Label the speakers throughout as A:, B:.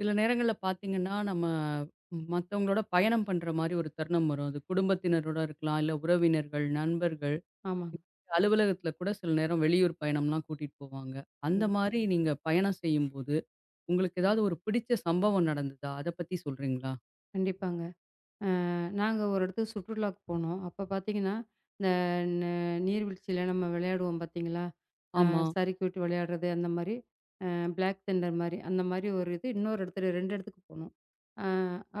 A: சில நேரங்கள்ல பார்த்தீங்கன்னா, நம்ம மத்தவங்களோட பயணம் பண்ற மாரி ஒரு தருணம் வரும். அது குடும்பத்தினரோட இருக்கலாம், இல்ல உறவினர்கள், நண்பர்கள்,
B: ஆமாங்க.
A: அலுவலகத்துல கூட சில நேரம் வெளியூர் பயணம்லாம் கூட்டிட்டு போவாங்க. அந்த
B: கண்டிப்
A: மாரி நீங்க பயணம் செய்யும்போது, உங்களுக்கு ஏதாவது ஒரு பிடிச்ச சம்பவம் நடந்ததா? அத பத்தி சொல்றீங்களா?
B: கண்டிப்பாங்க. நாங்க ஒரு இடத்துக்கு சுற்றுலாக்கு போனோம். அப்ப பார்த்தீங்கன்னா, இந்த ந நீர்வீழ்ச்சியில நம்ம விளையாடுவோம் பார்த்தீங்களா? அ
A: ஆமா.
B: சறுக்கி விட்டு விளையாடுறது அந்த மாரி, அ பிளாக் தண்டர் மாரி, அந்த மாரி ஒரு இது இன்னொரு இடத்துல 2 இடத்துக்கு போனோம். அ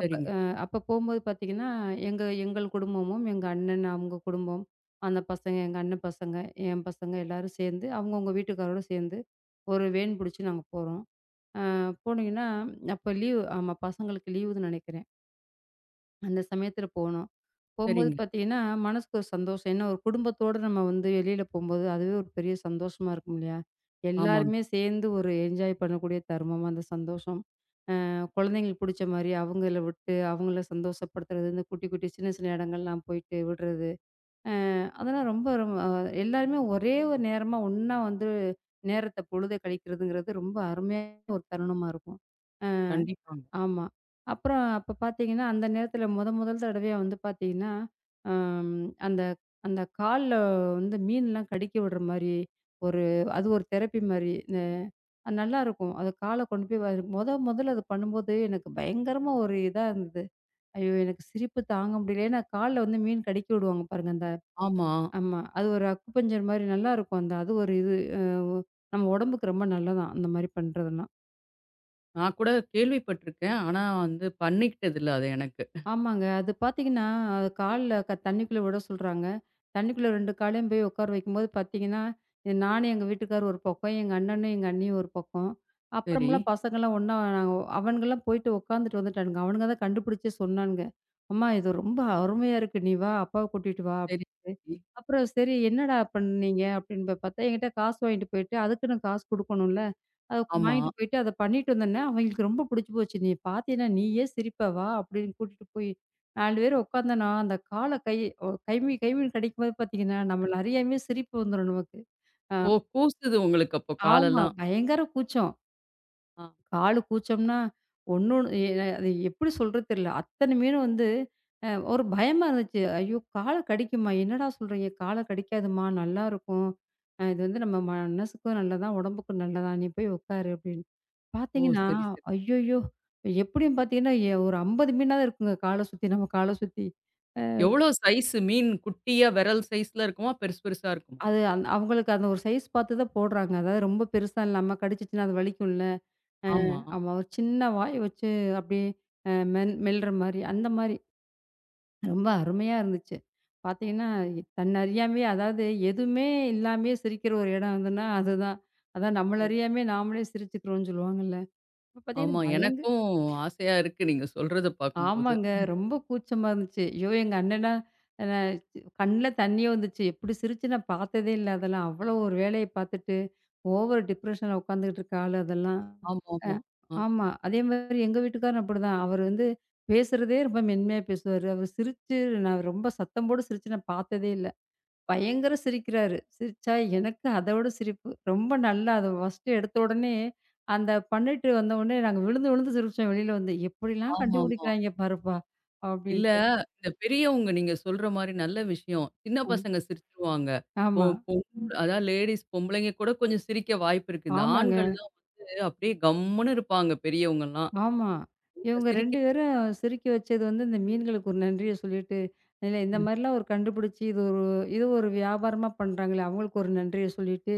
B: அப்ப அ அப்ப போம்போது பார்த்தீங்கன்னா, எங்கள் குடும்பமும், எங்க அண்ணன் அவங்க குடும்பம், அந்த பசங்க, எங்க அண்ணன் பசங்க, என் பசங்க எல்லாரும் சேர்ந்து, அவங்கவங்க வீட்டுக்காரோட சேர்ந்து, ஒரு வேன் புடிச்சு நாங்க போறோம். அ போனீங்கன்னா, அப்ப லீவு ஆமா பசங்களுக்கு லீவுன்னு நினைக்கிறேன். அந்த சமயத்துல போனோம். போம்போது
A: சரிங்க.
B: பார்த்தீங்கன்னா, மனசுக்கு ஒரு சந்தோஷம். ஏன்னா ஒரு குடும்பத்தோட நம்ம வந்து வெளியில போம்போது, அதுவே ஒரு பெரிய சந்தோஷமா இருக்கும் இல்லையா?
A: ஆமாங்க.
B: எல்லாருமே சேர்ந்து ஒரு என்ஜாய் பண்ணக்கூடிய தருணமா அந்த சந்தோஷம். குழந்தைங்களுக்கு புடிச்ச மாரி அவங்கள விட்டு, அவங்கள சந்தோஷப்படுத்துறது, இந்த குட்டி, குட்டி சின்ன, சின்ன இடங்கள்லாம் போயிட்டு விடுறது. அதெல்லாம் ரொம்ப ரொம்ப எல்லாருமே ஒரே ஒரு நேரமா ஒண்ணா வந்து நேரத்த பொழுத கழிக்கிறதுங்கிறது ரொம்ப அருமையான ஒரு தருணமா இருக்கும்.
A: கண்டிப்பாங்க.
B: ஆமா. அப்புறம் அப்ப பார்த்தீங்கன்னா, அந்த நேரத்தில மொத முதல் தடவையா வந்து பார்த்தீங்கன்னா, அம் அந்த அந்த கால்ல வந்து மீன்லாம் கடிக்க விடுற மாரி, ஒரு அது ஒரு தெரப்பி மாரி. அது நல்லாருக்கும். அது கால கொண்டு போய் வ மொத முதல்ல அது பண்ணும்போது எனக்கு பயங்கரமா ஒரு இதா இருந்தது. ஐயோ! எனக்கு சிரிப்பு தாங்க முடியல. ஏன்னா கால்ல வந்து மீன் கடிக்க விடுவாங்க பாருங்க.
A: ஆமா.
B: ஆமா. அது ஒரு அக்குபஞ்சர் மாரி நல்லாருக்கும். அந்த அது ஒரு இது அ நம்ம உடம்புக்கு ரொம்ப நல்லதான். அந்த மாரி பண்றதுனா.
A: நான் கூட கேள்விப்பட்டுருக்கேன். ஆனா வந்து பண்ணிக்கிட்டது இல்ல அது எனக்கு.
B: ஆமாங்க. அது பார்த்தீங்கன்னா, அது கால்ல தண்ணிக்குள்ள விட சொல்றாங்க. தண்ணிக்குள்ள 2 காலையும் போய் உட்கார வைக்கும்போது பார்த்தீங்கன்னா, இது நானும் எங்க வீட்டுக்காரரும் ஒரு பக்கம், எங்க அண்ணனும், எங்க அண்ணியும் ஒரு பக்கம்.
A: சரி,
B: அப்புறமெல்லாம் பசங்கலாம் ஒண்ணா அவனுங்கலாம் போயிட்டு உட்காந்துட்டு வந்துட்டானுங்க. அவனுங்க தான் கண்டுபிடிச்சே சொன்னானுங்க. "அம்மா இது ரொம்ப அருமையா இருக்கு. நீ வா, அப்பாவ கூட்டிட்டு வா"
A: சரி.
B: அப்படின்ட்டு.
A: சரி.
B: அப்புறம் சரி என்னடா பண்ணீங்க அப்படின்னு போய் பார்த்தா, என்கிட்ட காசு வாங்கிட்டு போயிட்டு, அதுக்குன்னு காசு குடுக்கணும்ல. அத
A: ஆமா.
B: வாங்கிட்டு போயிட்டு அத பண்ணிட்டு வந்தோனே, அவங்களுக்கு ரொம்ப புடிச்சு போச்சு. "நீ பாத்தீன்னா நீயே சிரிப்ப வா" அப்படின்னு கூட்டிட்டு போய் 4 பேர் உக்காந்தோன்னா, அந்த கால கை ஒ கைமி கைமின்னு கடிக்கும்போது பாத்தீங்கன்னா, நம்மள அறியாமயே சிரிப்பு வந்துரும் நமக்கு. அ
A: ஓ! கூசுது உங்களுக்கு அப்போ
B: ஆமா.
A: காலெல்லாம்.
B: பயங்கர கூச்சம்.
A: ஆ.
B: காலு கூச்சம்ன்னா, ஒண்ணொண்ணு எ அது எப்படி சொல்றது தெரியல. அத்தன மீனும் வந்து, ஒரு பயமா இருந்துச்சு. ஐயோ! கால கடிக்குமா? என்னடா சொல்றீங்க? கால கடிக்காதும்மா, நல்லாருக்கும். இது வந்து நம்ம மனசுக்கும் நல்லதான், உடம்புக்கும் நல்லதான். நீ போய் உட்காரு அப்படின்னு.
A: ஓ!
B: பார்த்தீங்கன்னா,
A: சரி, சரி.
B: ஐய்யய்யோ! எப்படியும் பார்த்தீங்கன்னா, ஒரு 50 மீனாவது இருக்குங்க கால சுத்தி, நம்ம கால சுத்தி. அ
A: எவ்வளோ சைஸ் மீன் குட்டியா விரல் சைஸ்ல இருக்குமா? பெருசு பெருசா இருக்குமா?
B: அது அந் அவங்களுக்கு அந்த ஒரு சைஸ் பார்த்து தான் போடுறாங்க. அதாவது ரொம்ப பெருசா இல்லாம கடிச்சிச்சுன்னா அது வலிக்கும்ல. அ
A: ஆமா.
B: ஆமா. ஒரு சின்ன வாய் வச்சு அப்படியே அ மென் மெல்ற மாரி, அந்த மாரி. ரொம்ப அருமையா இருந்துச்சு. பார்த்தீங்கன்னா, தன்ன அறியாமயே அதாவது எதுவுமே இல்லாமயே சிரிக்கிற ஒரு இடம் எதுன்னா அதுதான். அதான் நம்மள
A: ஓ!
B: அறியாமயே நாமளே சிரிச்சுக்கிறோம்னு சொல்லுவாங்கல்ல. இப்ப பார்த்தீங்கன்னா,
A: ஆமா. எனக்கும் ஆசையா இருக்கு நீங்க சொல்றத பார்க்கும்போது.
B: ஆமாங்க. ரொம்ப கூச்சமா இருந்துச்சு. ஐயோ! எங்க அண்ணனா அ கண்ல தண்ணியே வந்துச்சு. எப்படி சிரிச்சு நான் பார்த்ததே இல்ல அதெல்லாம். அவ்வளோ ஒரு வேலைய பார்த்துட்டு ஓவர் டிப்ரஷன்ல உட்காந்துக்கிட்டு இருக்க ஆளு அதெல்லாம். அ
A: ஆமாமா. அ
B: ஆமா. அதே மாரி எங்க வீட்டுக்காரரும் அப்படிதான். அவரு வந்து பேசுறதே ரொம்ப மென்மையா பேசுவாரு. அவரு சிரிச்சு நான் ரொம்ப சத்தம் போட்டு சிரிச்சு நான் பார்த்ததே இல்ல. பயங்கர சிரிக்கிறாரு. சிரிச்சா எனக்கு அதவிட சிரிப்பு. ரொம்ப நல்லா அத ஃபர்ஸ்ட்டு எடுத்த உடனே, அந்த பண்ணிட்டு வந்த உடனே நாங்க விழுந்து விழுந்து சிரிச்சோம் வெளியில வந்து. எப்படிலாம்
A: ஆமாமா.
B: கண்டுபிடிக்கிறாய்ங்க பாருப்பா!
A: இல்ல
B: அப்படின்ட்டு.
A: இந்த பெரியவங்க நீங்க சொல்ற மாரி நல்ல விஷயம். சின்ன
B: ம்.
A: பசங்க சிரிச்சுருவாங்க. பொ
B: ஆமா.
A: பொம் அதான் லேடீஸ் பொம்பளைங்க கூட கொஞ்சம் சிரிக்க வாய்ப்பு இருக்கு. இந்த
B: ஆமாங்க.
A: ஆண்கள்லாம் வந்து அப்படியே கம்முன்னு இருப்பாங்க பெரியவங்கலாம்.
B: ஆமா.
A: இவங்க
B: இவங்க
A: சிரிக்க
B: 2 பேரும் சிரிக்க வச்சது வந்து இந்த மீன்களுக்கு ஒரு நன்றிய சொல்லிட்டு, இல்ல இந்த மாரிலாம் ஒரு கண்டுபிடிச்சு இது ஒரு வியாபாரமா பண்றாங்களே! அவங்களுக்கு ஒரு நன்றிய சொல்லிட்டு,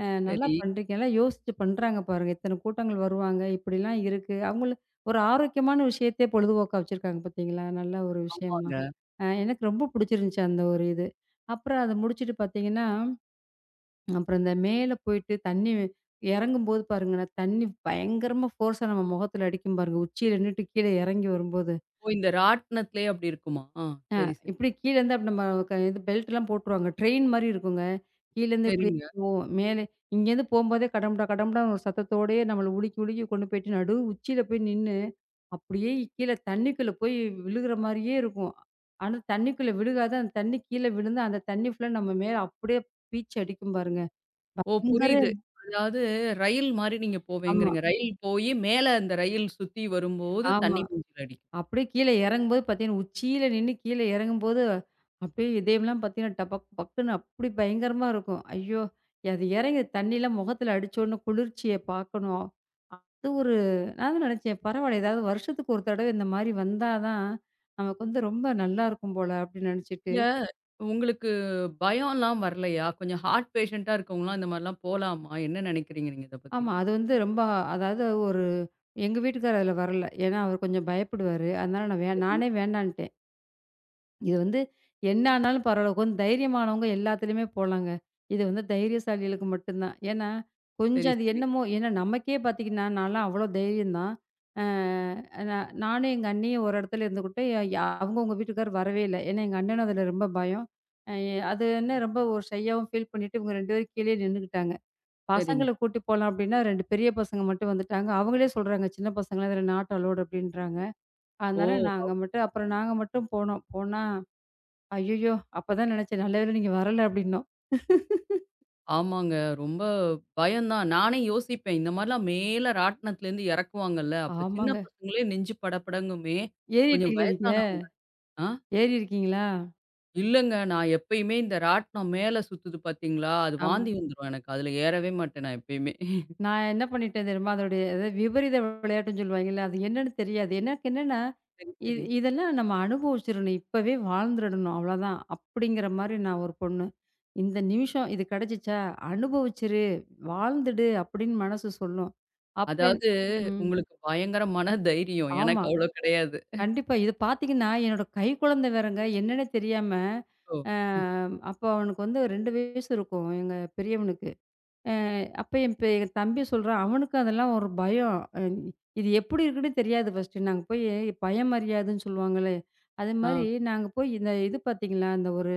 B: அ நல்லா
A: சரி.
B: பண்றீங்க. எல்லாம் யோசிச்சு பண்றாங்க பாருங்க. இத்தன கூட்டங்கள் வருவாங்க. இப்படிலாம் இருக்கு. அவங்கள ஒரு ஆரோக்கியமான விஷயத்தையே பொழுதுபோக்கா வச்சிருக்காங்க பார்த்தீங்களா? நல்ல ஒரு விஷயமா.
A: ஆமாங்க.
B: எனக்கு ரொம்ப புடிச்சிருந்துச்சு அந்த ஒரு இது. அப்புறம் அத முடிச்சுட்டு பார்த்தீங்கன்னா அப்புறம் இந்த மேல போயிட்டு தண்ணி இறங்கும்போது பாருங்கண்ணா, தண்ணி பயங்கரமா ஃபோர்ஸா நம்ம முகத்துல அடிக்கும் பாருங்க. உச்சியில நின்னுட்டு கீழ இறங்கி வரும்போது.
A: ஓ! இந்த ராட்டினத்திலேயே அப்படி இருக்குமா? ஆ. சரி, சரி.
B: இப்படி கீழேருந்து அப்படி நம்ம இது பெல்ட்லாம் போட்டுருவாங்க. ட்ரெயின் மாரி இருக்குங்க. கீழேருந்து இப்படி
A: சரிங்க.
B: போவும். மேலே இங்கேருந்து போம்போதே கடமுடா, கடமுடான்னு ஒரு சத்தத்தோடயே நம்மள உலுக்கி, உலுக்கி கொண்டு போயிட்டு நடு உச்சியில போய் நின்னு, அப்படியே கீழ தண்ணிக்குள்ள போய் விழுகுற மாரியே இருக்கும். ஆனா தண்ணிக்குள்ள விழுகாது. அந்த தண்ணி கீழ விழுந்து, அந்த தண்ணி ஃபுல்லா நம்ம மேல அப்படியே பீச்சு அடிக்கும் பாருங்க.
A: ஓ!
B: பயங்கர
A: புரியுது. அதாவது ரயில் மாரி நீங்க
B: ஆமா,
A: போவேங்கிறீங்க. ரயில் போயி மேல அந்த ரயில் சுத்தி வரும்போது
B: ஆமா.
A: தண்ணி மூஞ்சில அடிக்கும்.
B: அப்படியே கீழ இறங்கும்போது பார்த்தீங்கன்னா, உச்சியில நின்னு கீழ இறங்கும்போது, அப்படியே இதயம்லாம் பார்த்தீங்கன்னா, டபக் பக்குன்னு அப்படி பயங்கரமா இருக்கும். ஐயோ! அது இறங்கி தண்ணிலாம் முகத்துல அடிச்சோன்னே குளிர்ச்சிய பார்க்கணும். அது ஒரு நான் தான் நினைச்சேன், பரவாயில்ல ஏதாவது வருஷத்துக்கு ஒரு தடவை இந்த மாரி வந்தா தான், நமக்கு வந்து ரொம்ப நல்லாயிருக்கும் போல அப்படின்னு நினச்சிட்டு
A: இல்ல உங்களுக்கு பயம்லாம் வரலையா? கொஞ்சம் ஹார்ட் பேஷண்ட்டா இருக்கவங்கலாம் இந்த மாரிலாம் போலாமா? என்ன நினைக்கிறீங்க நீங்க இத பத்தி?
B: ஆமா. அது வந்து ரொம்ப அதாவது எங்க வீட்டுக்காரர் அதுல வரல. ஏன்னா, அவர் கொஞ்சம் பயப்படுவாரு. அதனால நான் வே
A: சரி,
B: நானே வேண்டான்ட்டேன். இது வந்து என்ன ஆனாலும் பரவால்ல. கொஞ்சம் தைரியமானவங்க எல்லாத்துலயுமே போலாங்க. இது வந்து தைரியசாலிகளுக்கு மட்டுந்தான். ஏன்னா, கொஞ்சம்
A: சரி,
B: அது
A: சரி,
B: என்னமோ ஏன்னா நமக்கே பாத்தீங்கன்னா, நான்லாம் அவ்ளோ தைரியம் தான். அ நான் நானும் எங்க அண்ணியும் ஒரு இடத்துல இருந்துக்கிட்டு, அவங்க அவங்க வீட்டுக்காரர் வரவே இல்ல. ஏன்னா எங்க அண்ணனும் அதுல ரொம்ப பயம். அ அது என்ன ரொம்ப ஒரு ஷையாவும் ஃபீல் பண்ணிட்டு இவங்க 2 பேரும் கீழயே நின்னுக்கிட்டாங்க.
A: சரிங்க.
B: பசங்கள கூட்டி போலாம் அப்டின்னா 2 பெரிய பசங்க மட்டும் வந்துட்டாங்க. அவங்களே சொல்றாங்க, "சின்ன பசங்கலாம் இதுல நாட் அலோவ்ட்" அப்டின்றாங்க.
A: ஓ!
B: அதனால நாங்க மட்டும் போனோம். ஐயய்யோ! அப்பதான் நெனச்சேன், நல்ல வேள நீங்க வரல அப்டின்னோம்.
A: ஆமாங்க. ரொம்ப பயம் தான். நானே யோசிப்பேன். இந்த மாரிலாம் மேல ராட்டினத்துலேருந்து இறக்குவாங்கல்ல, அப்ப சின்ன
B: ஆமாங்க.
A: பசங்களே நெஞ்சு படபடங்குமே. கொஞ்சம்
B: ஏறிட்டீங்களா நீங்க?
A: வயசானவங்க. ஆ.
B: ஏறியிருக்கீங்களா?
A: இல்லங்க. நான் எப்பயுமே இந்த ராட்டினம் மேல சுத்துது பார்த்தீங்களா, அது
B: ஆமா.
A: வாந்தி வந்துரும் எனக்கு. அதுல ஏறவே மாட்டேன் நான் எப்பயுமே.
B: நான் என்ன பண்ணிட்டேன் தெரியுமா? அதோடைய அதாவது விளையாட்டுன்னு சொல்லுவாங்கல்ல, அது என்னன்னு தெரியாது. எனக்கு என்னன்னா,
A: சரி,
B: இது
A: சரி.
B: இதெல்லாம் நம்ம அனுபவிச்சிரணும். இப்பவே வாழ்ந்துரணும் அவ்வளோதான். அப்படிங்கிற மாரி நான் ஒரு பொண்ணு. இந்த நிமிஷம் இது கெடச்சிச்சா, அனுபவிச்சிரு, வாழ்ந்துடு அப்படின்னு மனசு சொல்லும். அப்ப என்
A: அதாவது
B: ம்.
A: உங்களுக்கு பயங்கர மன தைரியம்.
B: ஆமா.
A: எனக்கு அவ்ளோ கிடையாது.
B: கண்டிப்பா. இது பார்த்தீங்கன்னா, என்னோட கைக்குழந்தை வேறங்க. என்னன்னே தெரியாம,
A: ஓ!
B: அ
A: ம்.
B: அப்போ அவனுக்கு வந்து 2 வயசு இருக்கும், எங்க பெரியவனுக்கு. அ அப்ப என் தம்பி சொல்றான், அவனுக்கு அதெல்லாம் ஒரு பயம். இது எப்படி இருக்குன்னு தெரியாது ஃபர்ஸ்ட்டு. நாங்க போய் பயம் அறியாதுன்னு சொல்லுவாங்களே, அது
A: ஆ.
B: மாரி நாங்க போய் இந்த இது பார்த்தீங்களா, அந்த ஒரு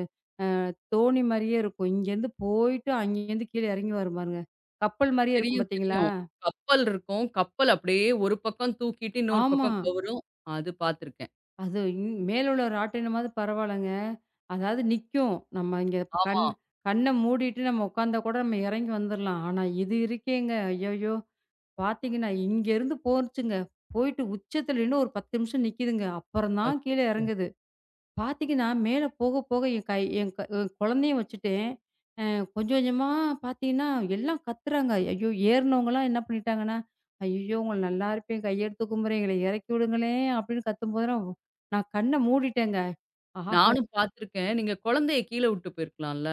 B: தோணி மாரியே இருக்கும். இங்கேருந்து போயிட்டு, அங்கேருந்து கீழ இறங்கி வரும் பாருங்க. கப்பல் மாரியே இருக்கும்
A: தெரியும்,
B: பார்த்தீங்களா?
A: தெரியும். கப்பல் இருக்கும். கப்பல் அப்படியே ஒரு பக்கம் தூக்கிட்டு இன்னொரு
B: ஆமா.
A: பக்கம் கவுரும். அது பார்த்துருக்கேன்.
B: அது மேலுள்ள ராட்டினமாவது பரவாயில்லங்க. அதாவது நிக்கும். நம்ம இங்க கண்
A: ஆமா.
B: கண்ண மூடிட்டு நம்ம உட்கார்ந்தா கூட நம்ம இறங்கி வந்துரலாம். ஆனா இது இருக்கேங்க. ஐயய்யோ! பார்த்தீங்கன்னா, இங்கேருந்து போச்சுங்க. போயிட்டு உச்சத்துல நின்னு ஒரு 10 நிமிஷம் நிக்குதுங்க. அப்புறம் தான் கீழ
A: அச்சச்சோ!
B: இறங்குது. பார்த்தீங்கன்னா, மேல போக போக என் கை என் க என் குழந்தையும் வச்சுட்டேன். கொஞ்சம் கொஞ்சமா பார்த்தீங்கன்னா, எல்லாம் கத்துறாங்க. ஐயோ! ஏறுனவங்கலாம் என்ன பண்ணிட்டாங்கன்னா, "ஐயய்யோ! உங்கள நல்லாருப்பேன், கையெடுத்து கும்புறேன், எங்கள இறக்கி விடுங்களேன்" அப்படின்னு கத்தும்போதெல்லாம், நான் கண்ண மூடிட்டேங்க. ஆஹா!
A: நானும் பார்த்துருக்கேன். நீங்க குழந்தைய கீழ விட்டு போயிருக்கலாம்ல.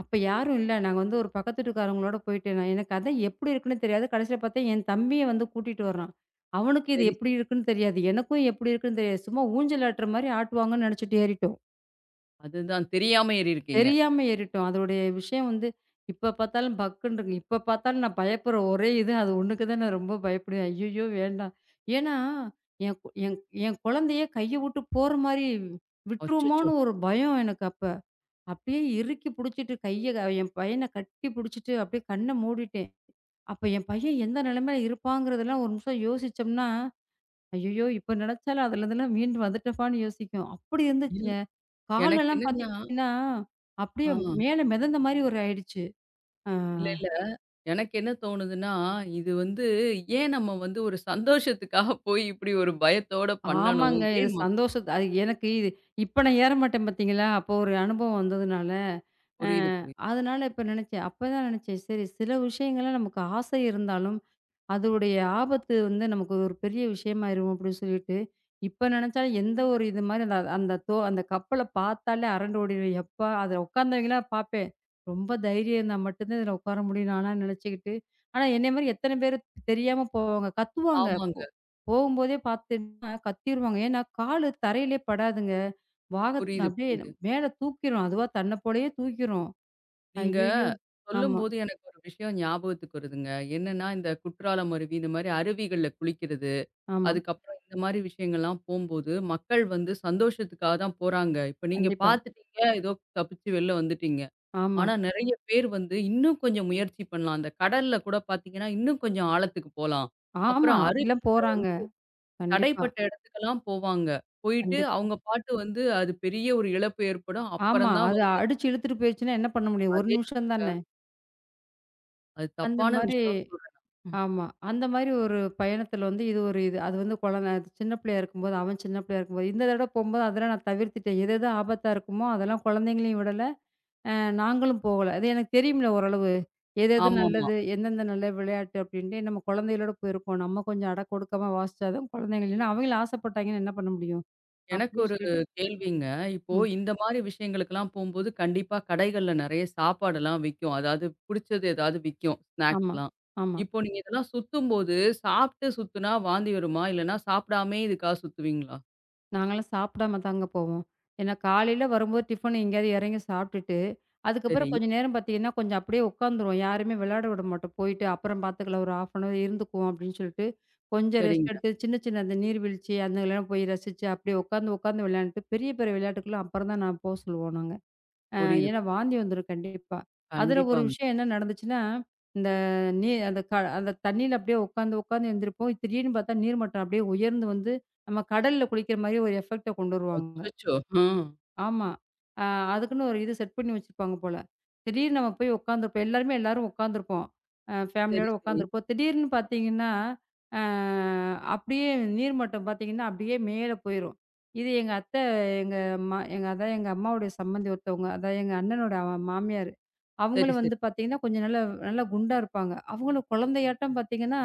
B: அப்ப யாரும் இல்ல. நாங்க வந்து ஒரு பக்கத்து வீட்டுக்காரவங்களோட போயிட்டேன் நான். எனக்கு அதான் எப்படி இருக்குன்னு தெரியாது. கடைசில பார்த்தா, என் தம்பிய வந்து கூட்டிட்டு வர்றான். அவனுக்கு இது
A: சரி,
B: எப்படி
A: சரி.
B: இருக்குன்னு தெரியாது. எனக்கும் எப்படி இருக்குன்னு தெரியாது. சும்மா ஊஞ்சல் ஆட்டுற மாரி ஆட்டுவாங்கன்னு நெனச்சுட்டு ஏறிட்டோம்.
A: அதுதான் தெரியாம ஏறியிருக்கீங்க.
B: தெரியாம ஏறிட்டோம். அதோடைய விஷயம் வந்து இப்ப பார்த்தாலும் பக்குன்றுங்க. இப்ப பார்த்தாலும் நான் பயப்படுற ஒரே இது அது ஒண்ணுக்கு தான் நான் ரொம்ப பயப்படுவேன். ஐய்யய்யோ! வேண்டாம். ஏன்னா, என் கு என் என் குழந்தைய கைய விட்டு போற மாரி
A: அச்சச்சோ!
B: விட்டுருவோமோன்னு ஒரு பயம் எனக்கு அப்ப. அப்படியே இறுக்கி புடிச்சிட்டு என் பையன கட்டி புடிச்சிட்டு அப்படியே கண்ண மூடிட்டேன். அப்ப என் பையன் எந்த நிலைமையில இருப்பாங்கிறதெல்லாம் ஒரு நிமிஷம் யோசிச்சோம்னா, ஐய்யய்யோ! இப்ப நினைச்சாலும் அதுலருந்துலாம் மீண்டு வந்துட்டோமான்னு யோசிக்கும். அப்படி
A: இல்
B: இருந்துச்சுங்க.
A: எனக்கு
B: காலெல்லாம்
A: என்னன்னா.
B: பார்த்தீங்கன்னா, அப்படியே
A: ஆ.
B: மேல மிதந்த மாரி ஒரு ஆயிடுச்சு. ஆ
A: இல்ல, இல்ல. எனக்கு என்ன தோணுதுன்னா, இது வந்து ஏன் நம்ம வந்து ஒரு சந்தோஷத்துக்காக போய் இப்படி ஒரு பயத்தோட பண்ணணும்?
B: ஆமாங்க. இது
A: ஏன் ம
B: சந்தோஷத்த அது எனக்கு இது இப்ப நான் ஏற மாட்டேன் பார்த்தீங்களா? அப்போ ஒரு அனுபவம் வந்ததுனால, அ
A: புரியுது, புரியுது.
B: அதனால இப்ப நெனச்சேன். அப்பதான் நெனச்சேன், சரி சில விஷயங்கள்ல நமக்கு ஆசை இருந்தாலும் அதோடைய ஆபத்து வந்து நமக்கு ஒரு பெரிய விஷயமாயிரும் அப்படின்னு சொல்லிட்டு, இப்ப நினைச்சாலும் எந்த ஒரு இது மாரி அந்த அந்த தோ அந்த கப்பல பார்த்தாலே அரண்டு ஓடிருவேன். எப்பா அதுல உட்கார்ந்தவங்கலாம் பார்ப்பேன். ரொம்ப தைரியம் இருந்தா மட்டும் தான் இதுல உட்கார முடியும் நான்லாம் நினைச்சுக்கிட்டு. ஆனா என்னைய மாரி எத்தன பேரு தெரியாம போவாங்க. கத்துவாங்க.
A: ஆமாங்க.
B: போகும்போதே பார்த்தீங்கன்னா கத்திருவாங்க. ஏன்னா காலு தரையிலே படாதுங்க.
A: புரியுது,
B: அப்படியே
A: புரியுது.
B: மேல தூக்கிரும். அதுவா தன்ன போலயே தூக்கிரும்.
A: நீங்க
B: ஐய்யய்யோ! ஆமா,
A: சொல்லும்போது எனக்கு ஒரு விஷயம் ஞாபகத்துக்கு வருதுங்க. என்னன்னா, இந்த குற்றாலம் அருவி இந்த மாரி அருவிகள்ல குளிக்கிறது,
B: ஆமா.
A: அதுக்கப்புறம் இந்த மாரி விஷயங்கள்லாம் போம்போது, மக்கள் வந்து சந்தோஷத்துக்காக தான் போறாங்க. இப்ப நீங்க
B: கண்டிப்பா.
A: பார்த்துட்டீங்க, ஏதோ தப்பிச்சு வெளில வந்துட்டீங்க.
B: ஆமா,
A: ஆனா நெறைய பேர் வந்து இன்னும் கொஞ்சம் முயற்சி பண்ணலாம். அந்த கடல்ல கூட பார்த்தீங்கன்னா, இன்னும் கொஞ்சம் ஆழத்துக்கு போலாம்.
B: ஆமா.
A: அப்புறம்
B: அப்படிலாம்
A: அருவியில
B: போறாங்க.
A: வந்து
B: கண்டிப்பா,
A: தடைப்பட்ட இடத்துக்கெல்லாம் போவாங்க. போயிட்டு
B: கண்டிப்பா.
A: அவங்க பாட்டு வந்து அது பெரிய ஒரு இழப்பு ஏற்படும்.
B: ஆமா.
A: அப்புறம் தான்
B: அது
A: வந்து
B: அடிச்சு இழுத்துட்டு போயிருச்சுன்னா என்ன பண்ண முடியும்? 1
A: அதே
B: நிமிஷம் தானே!
A: அது
B: அந்த
A: தப்பான
B: மாரி
A: விஷயம்னு சொல்றேன் நான். ம்.
B: ஆமா. அந்த மாரி ஒரு பயணத்தில வந்து இது ஒரு இது. அது வந்து சின்ன பிள்ளையா இருக்கும்போது, அவன் சின்ன பிள்ளையா இருக்கும்போது, இந்த தடவ போம்போது அதெல்லாம் நான் தவிர்த்துட்டேன். எது எது ஆபத்தா இருக்குமோ, அதெல்லாம் குழந்தைங்களையும் விடல. அ நாங்களும் போகல. அது எனக்கு தெரியும்ல ஓரளவு. எது எது
A: ஆமாமா.
B: நல்லது, எந்தெந்த நல்ல விளையாட்டு அப்டின்ட்டு நம்ம குழந்தைகளோட போயிருக்கோம். நம்ம கொஞ்சம் அட ஒடுக்கமா வாசிச்சா தான் குழந்தைங்க இல்லைன்னா, அவங்களும் ஆசைப்பட்டாங்கன்னா என்ன பண்ண முடியும்?
A: எனக்கு
B: அப்டின்னு
A: ஒரு
B: சொல்லிட்டு.
A: கேள்விங்க. இப்போ
B: ம்.
A: இந்த மாரி விஷயங்களுக்கெல்லாம் போம்போது, கண்டிப்பா கடைகள்ல நெறைய சாப்பாடெல்லாம் விக்கும். அதாவது புடிச்சது ஏதாவது விக்கும்,
B: ஆமா,
A: ஸ்நாக்ஸ்லாம்.
B: ஆமா.
A: இப்போ நீங்க இதெல்லாம் சுத்தும்போது, சாப்ட்டு சுத்துனா வாந்தி வருமா? இல்லன்னா சாப்பிடாமயே இதுக்காக சுத்துவீங்களா?
B: நாங்கலாம் சாப்பிடாம தாங்க போவோம். ஏன்னா காலையில வரும்போது டிஃபன் எங்கேயாவது இறங்கி சாப்பிட்டுட்டு,
A: சரி,
B: அதுக்கப்புறம் கொஞ்ச நேரம் பார்த்தீங்கன்னா, கொஞ்சம் அப்படியே உட்காந்துருவோம். யாரையுமே விளையாட விட மாட்டோம். போயிட்டு அப்புறம் பார்த்துக்கலாம். ஒரு 1/2 அன் ஹவர் இருந்துக்குவோம் அப்படின்னு சொல்லிட்டு, கொஞ்சம் ரெஸ்ட்
A: சரிங்க.
B: எடுத்து சின்ன சின்ன அந்த நீர்வீழ்ச்சி அதுங்கலாம் போய் ரசிச்சு, அப்படியே உட்காந்து உட்காந்து விளையாண்டுட்டு, பெரிய பெரிய விளையாட்டுக்கெல்லாம் அப்புறம் தான் நான் போ சொல்லுவோம் நாங்க. அ
A: புரியுது.
B: ஏன்னா வாந்தி வந்துரும் கண்டிப்பா. அதுல ஒரு
A: கண்டிப்பாங்க.
B: விஷயம் என்ன நடந்துச்சுன்னா, இந்த நீ அந்த க அந்த தண்ணீல அப்படியே உட்காந்து, உட்காந்து எந்திரிப்போம். திடீர்னு பார்த்தா நீர் மட்டம் அப்படியே உயர்ந்து வந்து, நம்ம கடல்ல குளிக்கிற மாரி ஒரு எஃபெக்ட்ட கொண்டு வருவாங்க.
A: அச்சச்சோ! ஆ.
B: ஆமா. அ அதுக்குன்னு ஒரு இது செட் பண்ணி வச்சிருப்பாங்க போல. திடீர்னு நம்ம போய் உட்காந்துருப்போம். எல்லாரும் உட்காந்துருப்போம்.
A: சரி,
B: ஃபேமிலியோட
A: சரி.
B: உட்காந்துருப்போம். திடீர்னு பார்த்தீங்கன்னா, அ அப்படியே நீர்மட்டம் பார்த்தீங்கன்னா, அப்படியே மேல போயிரும். இது எங்க அத்தை, எங்க ம எங்க அதான் எங்க அம்மாவுடைய சம்மந்தி ஒருத்தவங்க. அதான் எங்க அண்ணனோட மாமியாரு.
A: சரி,
B: அவங்களும்
A: சரி.
B: வந்து பார்த்தீங்கன்னா, கொஞ்சம் நல்லா நல்லா குண்டா இருப்பாங்க. அவங்களும் குழந்தையாட்டம் பார்த்தீங்கன்னா,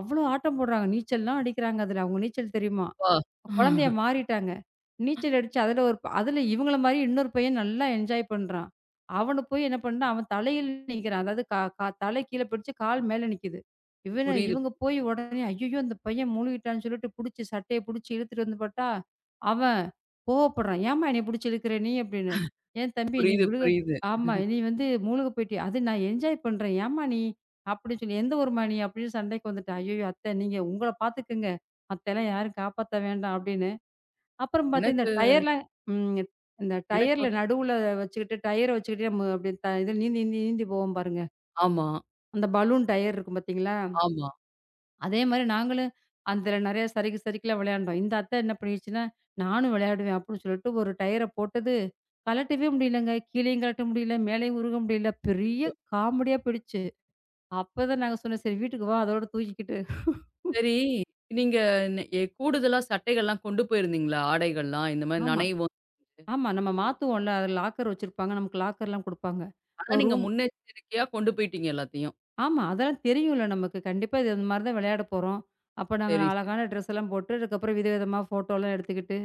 B: அவ்வளோ ஆட்டம் போடுறாங்க. நீச்சல்லாம் அடிக்கிறாங்க அதுல. அவங்க நீச்சல் தெரியுமா?
A: அப்பா!
B: குழந்தையா மாறிட்டாங்க. நீச்சல் அடிச்சு அதுல ஒரு அதுல இவங்கள மாரி இன்னொரு பையன் நல்லா என்ஜாய் பண்றான். அவன போய் என்ன பண்றான், அவன் தலையில நிக்கிறான். அதாவது கா கா தலை கீழ பிடிச்சு கால் மேல நிக்குது. இவன
A: புரியுது,
B: இவங்க
A: புரியுது,
B: போய் உடனே ஐயய்யோ! இந்த பையன் முழுகிட்டான்னு சொல்லிட்டு புடிச்சு சட்டைய புடிச்சு இழுத்துட்டு வந்து பார்த்தா, அவன் கோவப்படுறான். "ஏம்மா என்னைய புடிச்சு இழுக்குற நீ?" அப்படின்னு. "ஏன் தம்பி நீ
A: புரியுது. புரியுது.
B: ஆமா நீ வந்து மூழ்க போயிட்டியா?" "அது நான் என்ஜாய் பண்றேன். ஏம்மா நீ?" அப்படின்னு சொல்லி. "எந்த ஊரும்மா நீ?" அப்படின்னு சண்டைக்கு வந்துட்டான். ஐயய்யோ! அத்தை நீங்க உங்கள பார்த்துக்கங்க. மத்தெல்லாம் யாரும் காப்பாத்த வேண்டாம் அப்படின்னு. அப்புறம் பாத்து இந்த
A: எனக்கு
B: டயர்லாம் ம். இந்த
A: எனக்கு
B: டயர்ல
A: ஒண்ணு.
B: நடுவுல வச்சுக்கிட்டு, டயர வச்சுக்கிட்டே நம்ம அப்படி இதுல நீந்தி, நீந்தி, நீந்தி போவோம் பாருங்க.
A: ஆமா,
B: அந்த பலூன் டயர் இருக்கும் பாத்தீங்களா?
A: ஆமா.
B: அதே மாரி நாங்களும் அதுல நெறைய சறுக்கி சறுக்கிலாம் விளையாண்டோம். இந்த அத்தை என்ன பண்ணிடுச்சுன்னா, நானும் விளையாடுவேன் அப்படின்னு சொல்லிட்டு ஒரு டயர போட்டது, கழட்டவே முடியலங்க. கீழயும் கழட்ட முடியல, மேலயும் உருக முடியல. பெரிய
A: அச்சச்சோ!
B: காமெடியா போயிடுச்சு. அப்பதான் நாங்க சொன்னோம், "சரி வீட்டுக்கு வா அதோட தூக்கிக்கிட்டு."
A: சரி. நீங்க நெ எ கூடுதலா சட்டைகள்லாம் கொண்டு போயிருந்தீங்களா? ஆடைகள்லாம் இந்த மாரி
B: ஆமா.
A: நனைவோம்.
B: ஆமா. நம்ம மாத்துவோம்ல. அது லாக்கர் வச்சிருப்பாங்க. நமக்கு லாக்கர்லாம் குடுப்பாங்க.
A: ஆனா
B: ஒரு
A: நீங்க
B: ரூம்
A: முன்னெச்சரிக்கையா கொண்டு போயிட்டீங்க எல்லாத்தையும்.
B: ஆமா. அதெல்லாம் தெரியும்ல நமக்கு. கண்டிப்பா இது இந்த மாரி தான் விளையாட போறோம். அப்ப நாங்க
A: சரி, சரி.
B: அழகான ட்ரெஸ் எல்லாம் போட்டு, அதுக்கப்புறம் விதவிதமா ஃபோட்டோலாம் எடுத்துக்கிட்டு,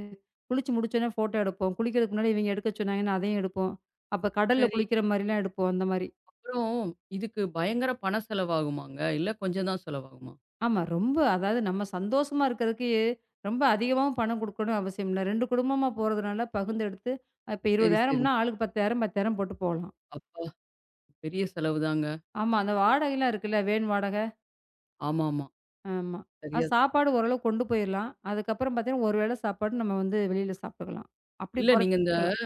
B: குளிச்சு முடிச்சோனே ஃபோட்டோ எடுப்போம். குளிக்கிறதுக்கு முன்னாடி இவங்க எடுக்க சொன்னாங்கன்னா, அதையும் எடுப்போம். அப்ப கடல்ல
A: சரி.
B: குளிக்கிற மாரிலாம் எடுப்போம், அந்த மாரி.
A: அப்புறம் இதுக்கு பயங்கர பண செலவாகுமாங்க? இல்ல கொஞ்சம் தான் செலவாகுமா?
B: ஆமா. ரொம்ப அதாவது நம்ம சந்தோஷமா இருக்கிறதுக்கு ரொம்ப அதிகமாவும் பணம் குடுக்கணும் அவசியம் இல்ல. 2 குடும்பமா போறதுனால பகிர்ந்தெடுத்து, இப்ப
A: சரி, சரி.
B: 20,000ம்னா ஆளுக்கு 10,000, 10,000 போட்டு போலாம்.
A: அப்பா! பெரிய செலவு தாங்க.
B: ஆமா. அந்த வாடகைலாம் இருக்குல்ல. வேன் வாடக,
A: ஆமாமா.
B: ஆமா. அது
A: சரியா தான்.
B: சாப்பாடு ஓரளவு கொண்டு போயிரலாம். அதுக்கப்புறம் பார்த்தீங்கன்னா, ஒரு வேளை சாப்பாடு நம்ம வந்து வெளியில சாப்பிட்டுக்கலாம். அப்படி
A: இல்ல நீங்க இந்த
B: குறைச்சுக்கலாம்.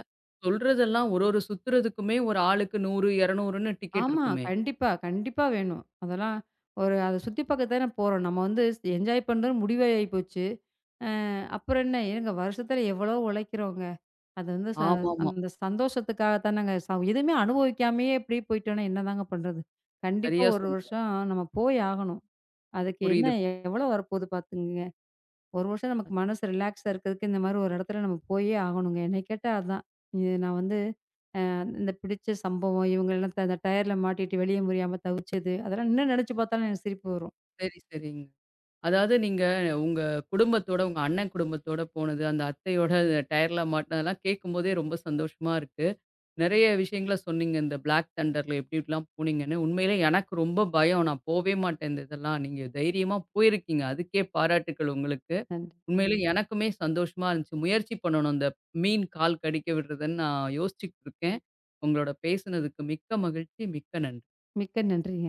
A: சொல்றதெல்லாம் ஒரு ஒரு சுத்துறதுக்குமே ஒரு ஆளுக்கு 100, 200ன்னு டிக்கெட்
B: ஆமா.
A: இருக்குமே!
B: கண்டிப்பா, கண்டிப்பா வேணும். அதெல்லாம் ஒரு அத சுத்தி பார்க்க தானே போறோம். நம்ம வந்து என்ஜாய் பண்றது முடிவே ஆயிப்போச்சு. அ அப்புறம் என்ன? ஏங்க வருஷத்துல எவ்வளோ உழைக்கிறோங்க. அது வந்து ச
A: ஆமாமா.
B: அந்த சந்தோஷத்துக்காக தானங்க எதுவுமே அனுபவிக்காமயே இப்படியே போயிட்டோம்னா என்னதாங்க பண்றது? கண்டிப்பா
A: சரியா
B: 1
A: சொன்னீங்க.
B: வருஷம் நம்ம போய் ஆகணும். அதுக்கு என்ன
A: புரியுது.
B: எவ்வளோ வரப்போகுது பார்த்துங்க. ஒரு வருஷம் நமக்கு மனசு ரிலாக்ஸா இருக்கிறதுக்கு இந்த மாதிரி ஒரு இடத்துல நம்ம போயே ஆகணுங்க. என்னை கேட்டா அதான். இது நான் வந்து அ இந்த பிடிச்ச சம்பவம் இவங்கலாம் அந்த டயர்ல மாட்டிட்டு வெளிய முடியாம தவிச்சது, அதெல்லாம் இன்னும் நினைச்சு பார்த்தாலும் எனக்கு சிரிப்பு வரும்.
A: சரி, சரிங்க. அதாவது நீங்க உங்க குடும்பத்தோட, உங்க அண்ணன் குடும்பத்தோட போனது, அந்த அத்தையோட டயர்ல மாட்டினதெல்லாம் கேட்கும்போதே ரொம்ப சந்தோஷமா இருக்கு. நெறைய விஷயங்கள சொன்னீங்க. இந்த பிளாக் தண்டர்ல எப்டி எப்டிலாம் போனீங்கன்னு. உண்மையிலே எனக்கு ரொம்ப பயம். நான் போவே மாட்டேன் இந்த இதெல்லாம். நீங்க தைரியமா போயிருக்கீங்க. அதுக்கே பாராட்டுக்கள் உங்களுக்கு.
B: நன்றி.
A: உண்மையிலே எனக்குமே சந்தோஷமா இருந்துச்சு. முயற்சி பண்ணணும். இந்த மீன் கால் கடிக்க விடுறதுன்னு நான் யோசிச்சுட்டு இருக்கேன். உங்களோட பேசுனதுக்கு மிக்க மகிழ்ச்சி. மிக்க நன்றி.
B: மிக்க நன்றிங்க.